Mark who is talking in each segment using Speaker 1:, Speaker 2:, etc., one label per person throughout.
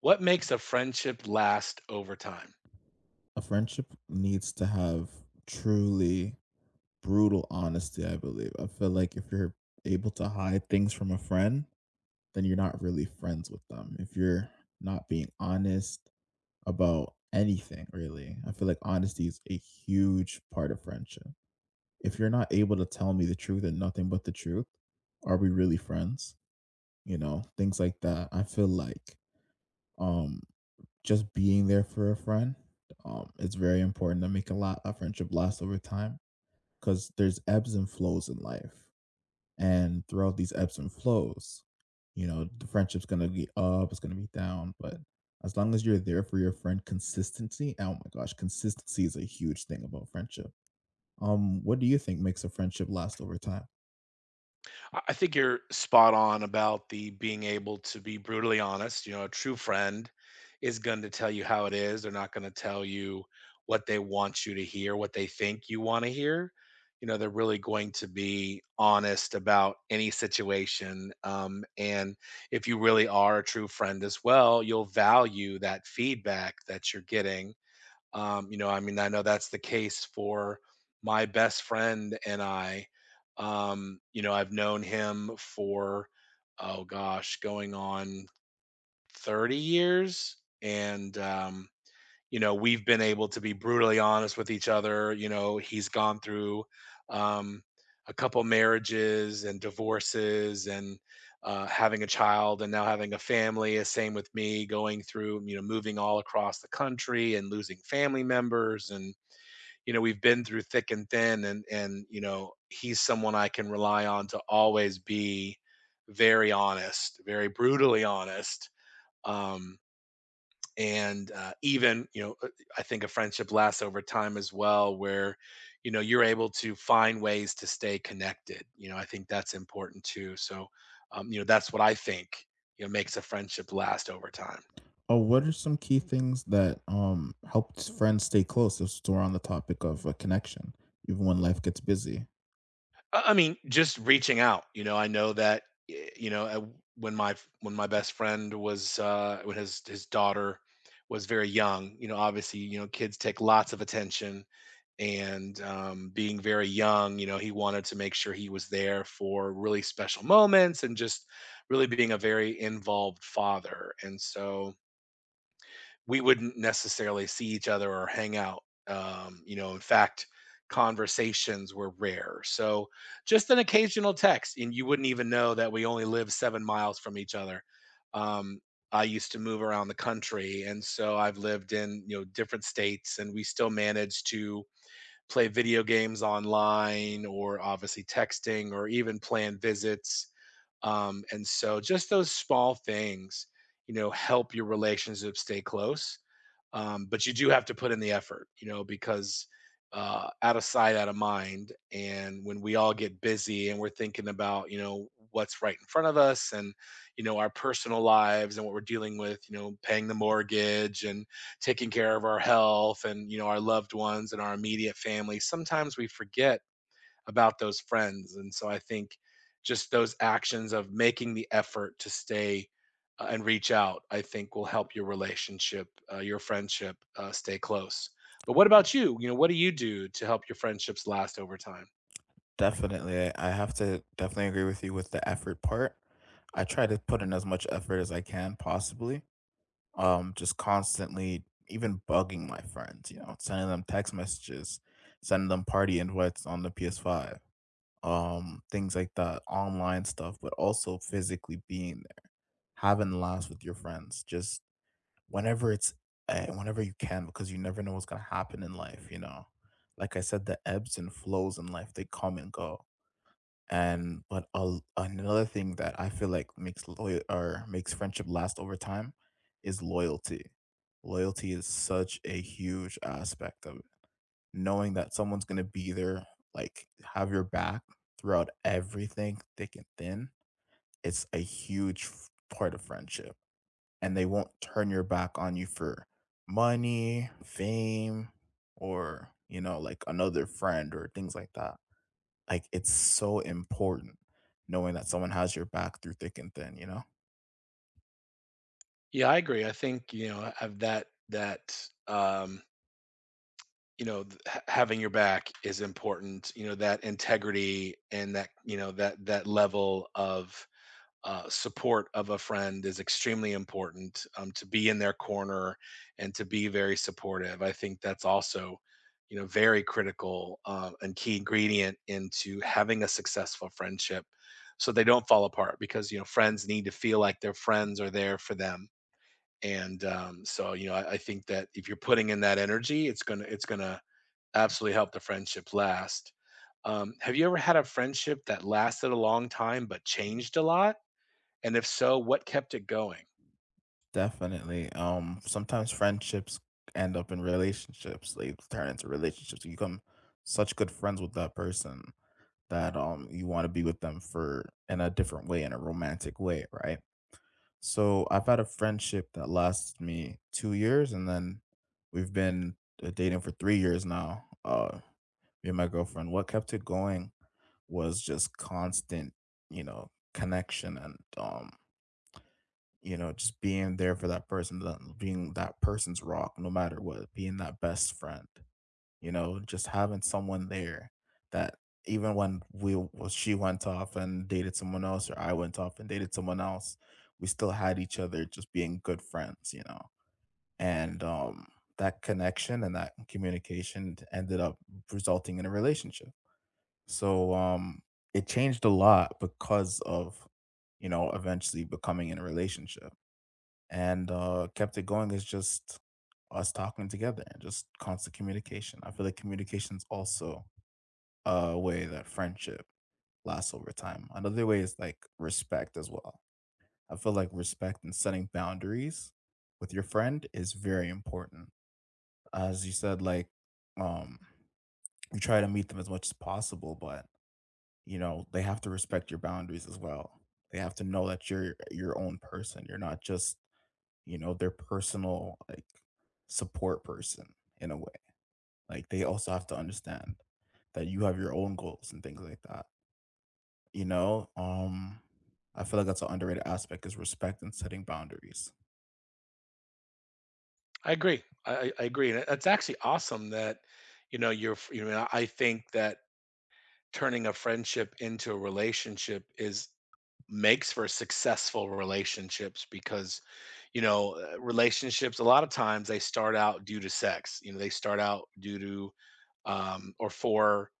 Speaker 1: What makes a friendship last over time?
Speaker 2: A friendship needs to have truly brutal honesty, I believe. I feel like if you're able to hide things from a friend, then you're not really friends with them. If you're not being honest about anything, really, I feel like honesty is a huge part of friendship. If you're not able to tell me the truth and nothing but the truth, are we really friends? You know, things like that. I feel like um just being there for a friend. It's very important to make a lot a friendship last over time because there's ebbs and flows in life, and throughout these ebbs and flows, you know the friendship's gonna be up, it's gonna be down, but as long as you're there for your friend, consistency. Oh my gosh, consistency is a huge thing about friendship. What do you think makes a friendship last over time?
Speaker 1: I think you're spot on about the being able to be brutally honest. You know, a true friend is going to tell you how it is. They're not going to tell you what they want you to hear, what they think you want to hear. You know, they're really going to be honest about any situation. And if you really are a true friend as well, you'll value that feedback that you're getting. I mean, I know that's the case for my best friend and I. I've known him for, oh gosh, going on 30 years. And, you know we've been able to be brutally honest with each other. He's gone through, um, a couple marriages and divorces, and having a child and now having a family. Same with me, going through, moving all across the country and losing family members. And you know we've been through thick and thin, and he's someone I can rely on to always be very honest, very brutally honest. Um and uh, even you know uh, i think a friendship lasts over time as well, where you're able to find ways to stay connected. I think that's important too. So that's what I think makes a friendship last over time.
Speaker 2: Oh, what are some key things that helps friends stay close? If we're on the topic of a connection, even when life gets busy.
Speaker 1: I mean, just reaching out. I know that, y- you know uh, when my when my best friend was, when his daughter was very young. You know, obviously, you know, kids take lots of attention. And being very young, you know, he wanted to make sure he was there for really special moments, and just really being a very involved father. And so we wouldn't necessarily see each other or hang out. In fact, conversations were rare. So just an occasional text, and you wouldn't even know that we only live 7 miles from each other. Um, I used to move around the country, and so I've lived in, different states, and we still managed to play video games online, or obviously texting, or even plan visits. And so just those small things, help your relationship stay close. But you do have to put in the effort, because, out of sight, out of mind. And when we all get busy and we're thinking about, what's right in front of us, and, our personal lives and what we're dealing with, paying the mortgage and taking care of our health and, our loved ones and our immediate family, sometimes we forget about those friends. And so I think just those actions of making the effort to stay, and reach out, I think will help your relationship, your friendship, stay close. But what about you? What do you do to help your friendships last over time?
Speaker 2: Definitely. I have to definitely agree with you with the effort part. I try to put in as much effort as I can possibly. Just constantly even bugging my friends, you know, sending them text messages, sending them party invites on the PS5, things like that, online stuff, but also physically being there, having laughs with your friends, just whenever it's whenever you can, because you never know what's gonna happen in life, you know. Like I said, the ebbs and flows in life, they come and go and but a another thing that I feel like makes loyal or makes friendship last over time is loyalty. Loyalty is such a huge aspect of it. Knowing that someone's gonna be there, like have your back throughout everything, thick and thin, it's a huge part of friendship. And they won't turn your back on you for money, fame, or you know, like another friend or things like that like, it's so important knowing that someone has your back through thick and thin, you know?
Speaker 1: Yeah, I agree. I think, have that that um, having your back is important, that integrity, and that, you know, that that level of support of a friend is extremely important, to be in their corner and to be very supportive. I think that's also, very critical, and key ingredient into having a successful friendship, so they don't fall apart, because friends need to feel like their friends are there for them. And so I think that if you're putting in that energy, it's gonna absolutely help the friendship last. Have you ever had a friendship that lasted a long time but changed a lot, and if so, what kept it going?
Speaker 2: Definitely. Sometimes friendships end up in relationships. They turn into relationships. You become such good friends with that person that you want to be with them for in a different way, in a romantic way, right? So I've had a friendship that lasted me 2 years, and then we've been, dating for 3 years now, me and my girlfriend. What kept it going was just constant, you know, connection and, you know, just being there for that person, that being that person's rock no matter what, being that best friend you know, just having someone there that even when we well, she went off and dated someone else or I went off and dated someone else, we still had each other just being good friends, you know. And that connection and that communication ended up resulting in a relationship. So it changed a lot because of you know eventually becoming in a relationship and kept it going is just us talking together and just constant communication. I feel like communication is also a way that friendship lasts over time. Another way is like respect as well. I feel like respect and setting boundaries with your friend is very important. As you said, like um, you try to meet them as much as possible, but you know they have to respect your boundaries as well. They have to know that you're your own person. You're not just you know, their personal like support person in a way. Like they also have to understand that you have your own goals and things like that. You know, I feel like that's an underrated aspect is respect and setting boundaries.
Speaker 1: I agree. I agree, and it's actually awesome that, I think that turning a friendship into a relationship is makes for successful relationships, because, relationships, a lot of times, they start out due to sex. They start out due to, or for,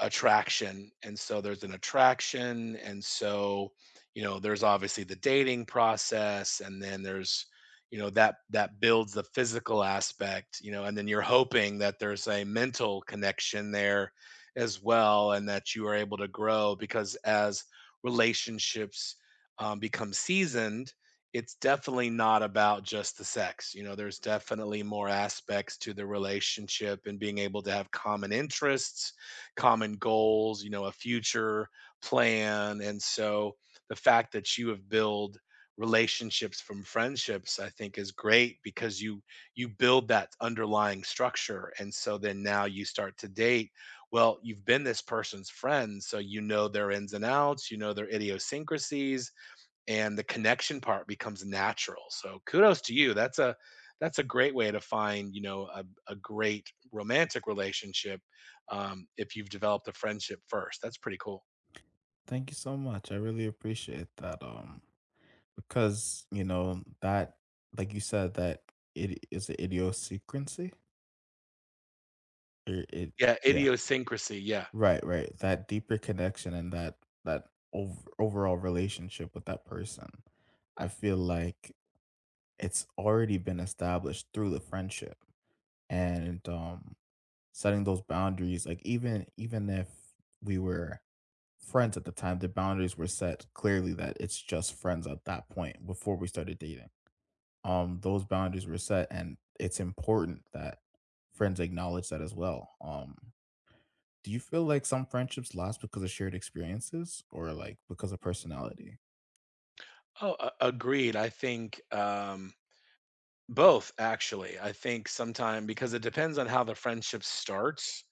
Speaker 1: attraction. And so there's an attraction, and so there's obviously the dating process, and then there's, that builds the physical aspect. And then you're hoping that there's a mental connection there as well, and that you are able to grow, because as relationships become seasoned, it's definitely not about just the sex. There's definitely more aspects to the relationship, and being able to have common interests, common goals, a future plan. And so, the fact that you have built relationships from friendships, I think, is great, because you build that underlying structure. And so then, now you start to date. Well, you've been this person's friend, so you know their ins and outs, you know their idiosyncrasies, and the connection part becomes natural. So kudos to you. That's a great way to find, a great romantic relationship, if you've developed a friendship first. That's pretty cool.
Speaker 2: Thank you so much. I really appreciate that. Because you know that, like you said, that it is an idiosyncrasy. Or it,
Speaker 1: Yeah,
Speaker 2: yeah.
Speaker 1: idiosyncrasy. Yeah.
Speaker 2: Right, right. That deeper connection and that that over overall relationship with that person. I feel like it's already been established through the friendship and setting those boundaries like even if we were friends at the time the boundaries were set clearly that it's just friends at that point before we started dating those boundaries were set and it's important that friends acknowledge that as well. Do you feel like some friendships last because of shared experiences or like because of personality?
Speaker 1: Oh, agreed. I think, both, actually. I think sometime, because it depends on how the friendship starts.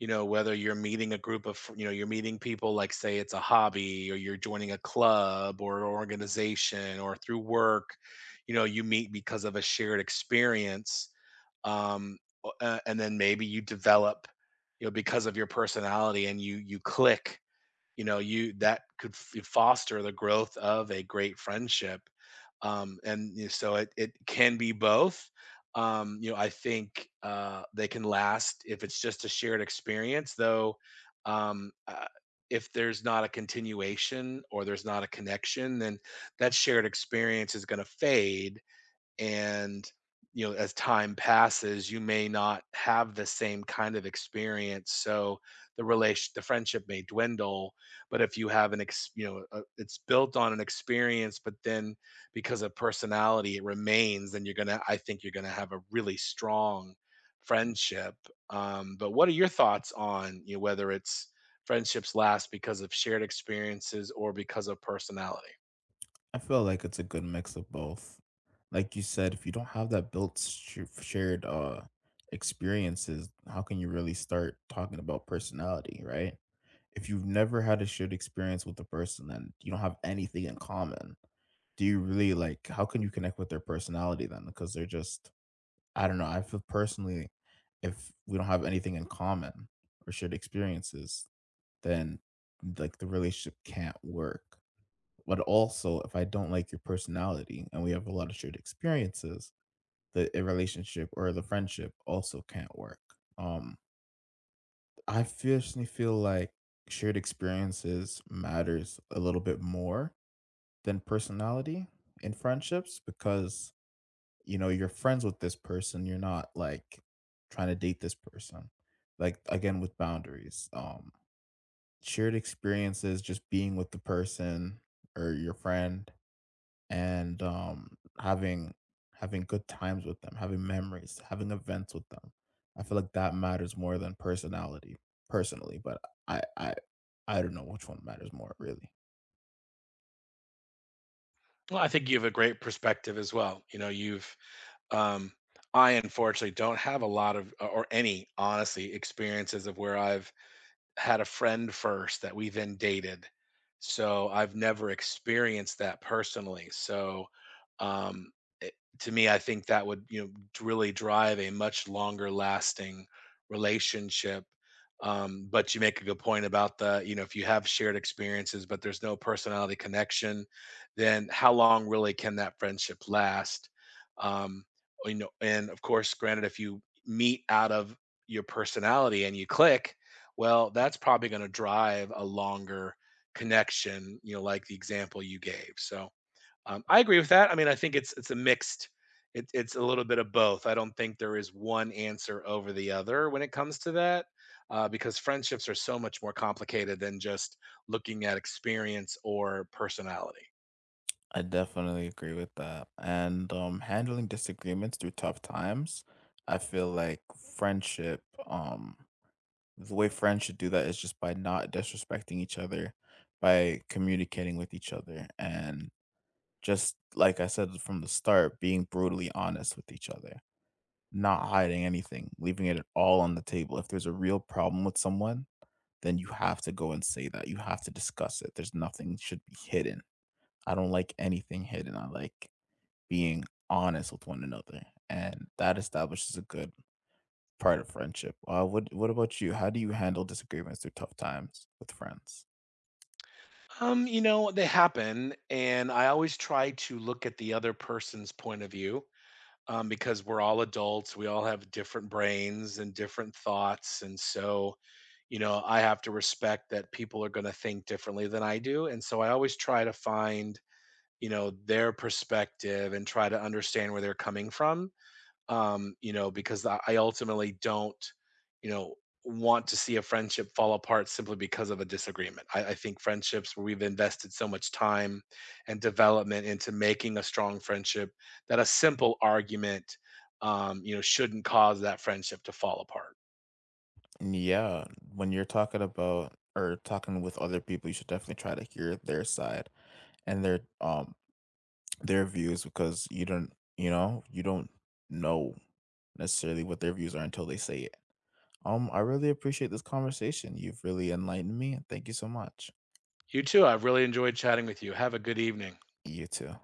Speaker 1: You know, whether you're meeting a group of fr- you know, you're meeting people, like, say it's a hobby, or you're joining a club or an organization, or through work, you know, you meet because of a shared experience. Um o- uh, and then, maybe you develop, because of your personality, and you click. You know you That could foster the growth of a great friendship. So it can be both. I think they can last if it's just a shared experience, though. um uh, if there's not a continuation or there's not a connection, then that shared experience is going to fade. And as time passes, you may not have the same kind of experience. So the friendship may dwindle. But if you have an ex it's built on an experience, but then, because of personality, it remains. Then you're gonna, I think, you're gonna have a really strong friendship. But what are your thoughts on, whether it's friendships last because of shared experiences or because of personality?
Speaker 2: I feel like it's a good mix of both. Like you said, if you don't have that built shared experiences, how can you really start talking about personality, right? If you've never had a shared experience with a person and you don't have anything in common, do you really like how can you connect with their personality then? Because they're just I don't know. I feel personally if we don't have anything in common or shared experiences, then like the relationship can't work. But also, if I don't like your personality and we have a lot of shared experiences, the a relationship or the friendship also can't work. Um, I personally feel like shared experiences matters a little bit more than personality in friendships because you know you're friends with this person, you're not like trying to date this person. Like again with boundaries. Shared experiences, just being with the person or your friend and, having good times with them, having memories, having events with them. I feel like that matters more than personality, personally, but I I I don't know which one matters more, really.
Speaker 1: Well, I think you have a great perspective as well. You know you've Um, I unfortunately don't have a lot of, or any, honestly, experiences of where I've had a friend first that we then dated. So I've never experienced that personally. So, um, it, to me, I think that would, really drive a much longer lasting relationship. But you make a good point about the you know if you have shared experiences, but there's no personality connection, then how long really can that friendship last? Um, and of course, granted, if you meet out of your personality and you click, well, that's probably gonna drive a longer connection, like the example you gave. So, I agree with that. I mean, I think it's it's a little bit of both. I don't think there is one answer over the other when it comes to that, because friendships are so much more complicated than just looking at experience or personality.
Speaker 2: I definitely agree with that, and, handling disagreements through tough times, I feel like friendship, the way friends should do that is just by not disrespecting each other, by communicating with each other, and just like I said from the start, being brutally honest with each other, not hiding anything, leaving it all on the table. If there's a real problem with someone, then you have to go and say that. You have to discuss it. There's nothing should be hidden. I don't like anything hidden. I like being honest with one another, and that establishes a good part of friendship. What about you? How do you handle disagreements through tough times with friends?
Speaker 1: They happen, and I always try to look at the other person's point of view, because we're all adults. We all have different brains and different thoughts. And so, I have to respect that people are going to think differently than I do. And so I always try to find, their perspective and try to understand where they're coming from, because I ultimately don't, you know, want to see a friendship fall apart simply because of a disagreement. I think friendships where we've invested so much time and development into making a strong friendship, that a simple argument, shouldn't cause that friendship to fall apart.
Speaker 2: Yeah, when you're talking about or talking with other people, you should definitely try to hear their side and their views because you know you don't know necessarily what their views are until they say it. I really appreciate this conversation. You've really enlightened me, and thank you so much.
Speaker 1: You too. I've really enjoyed chatting with you. Have a good evening.
Speaker 2: You too.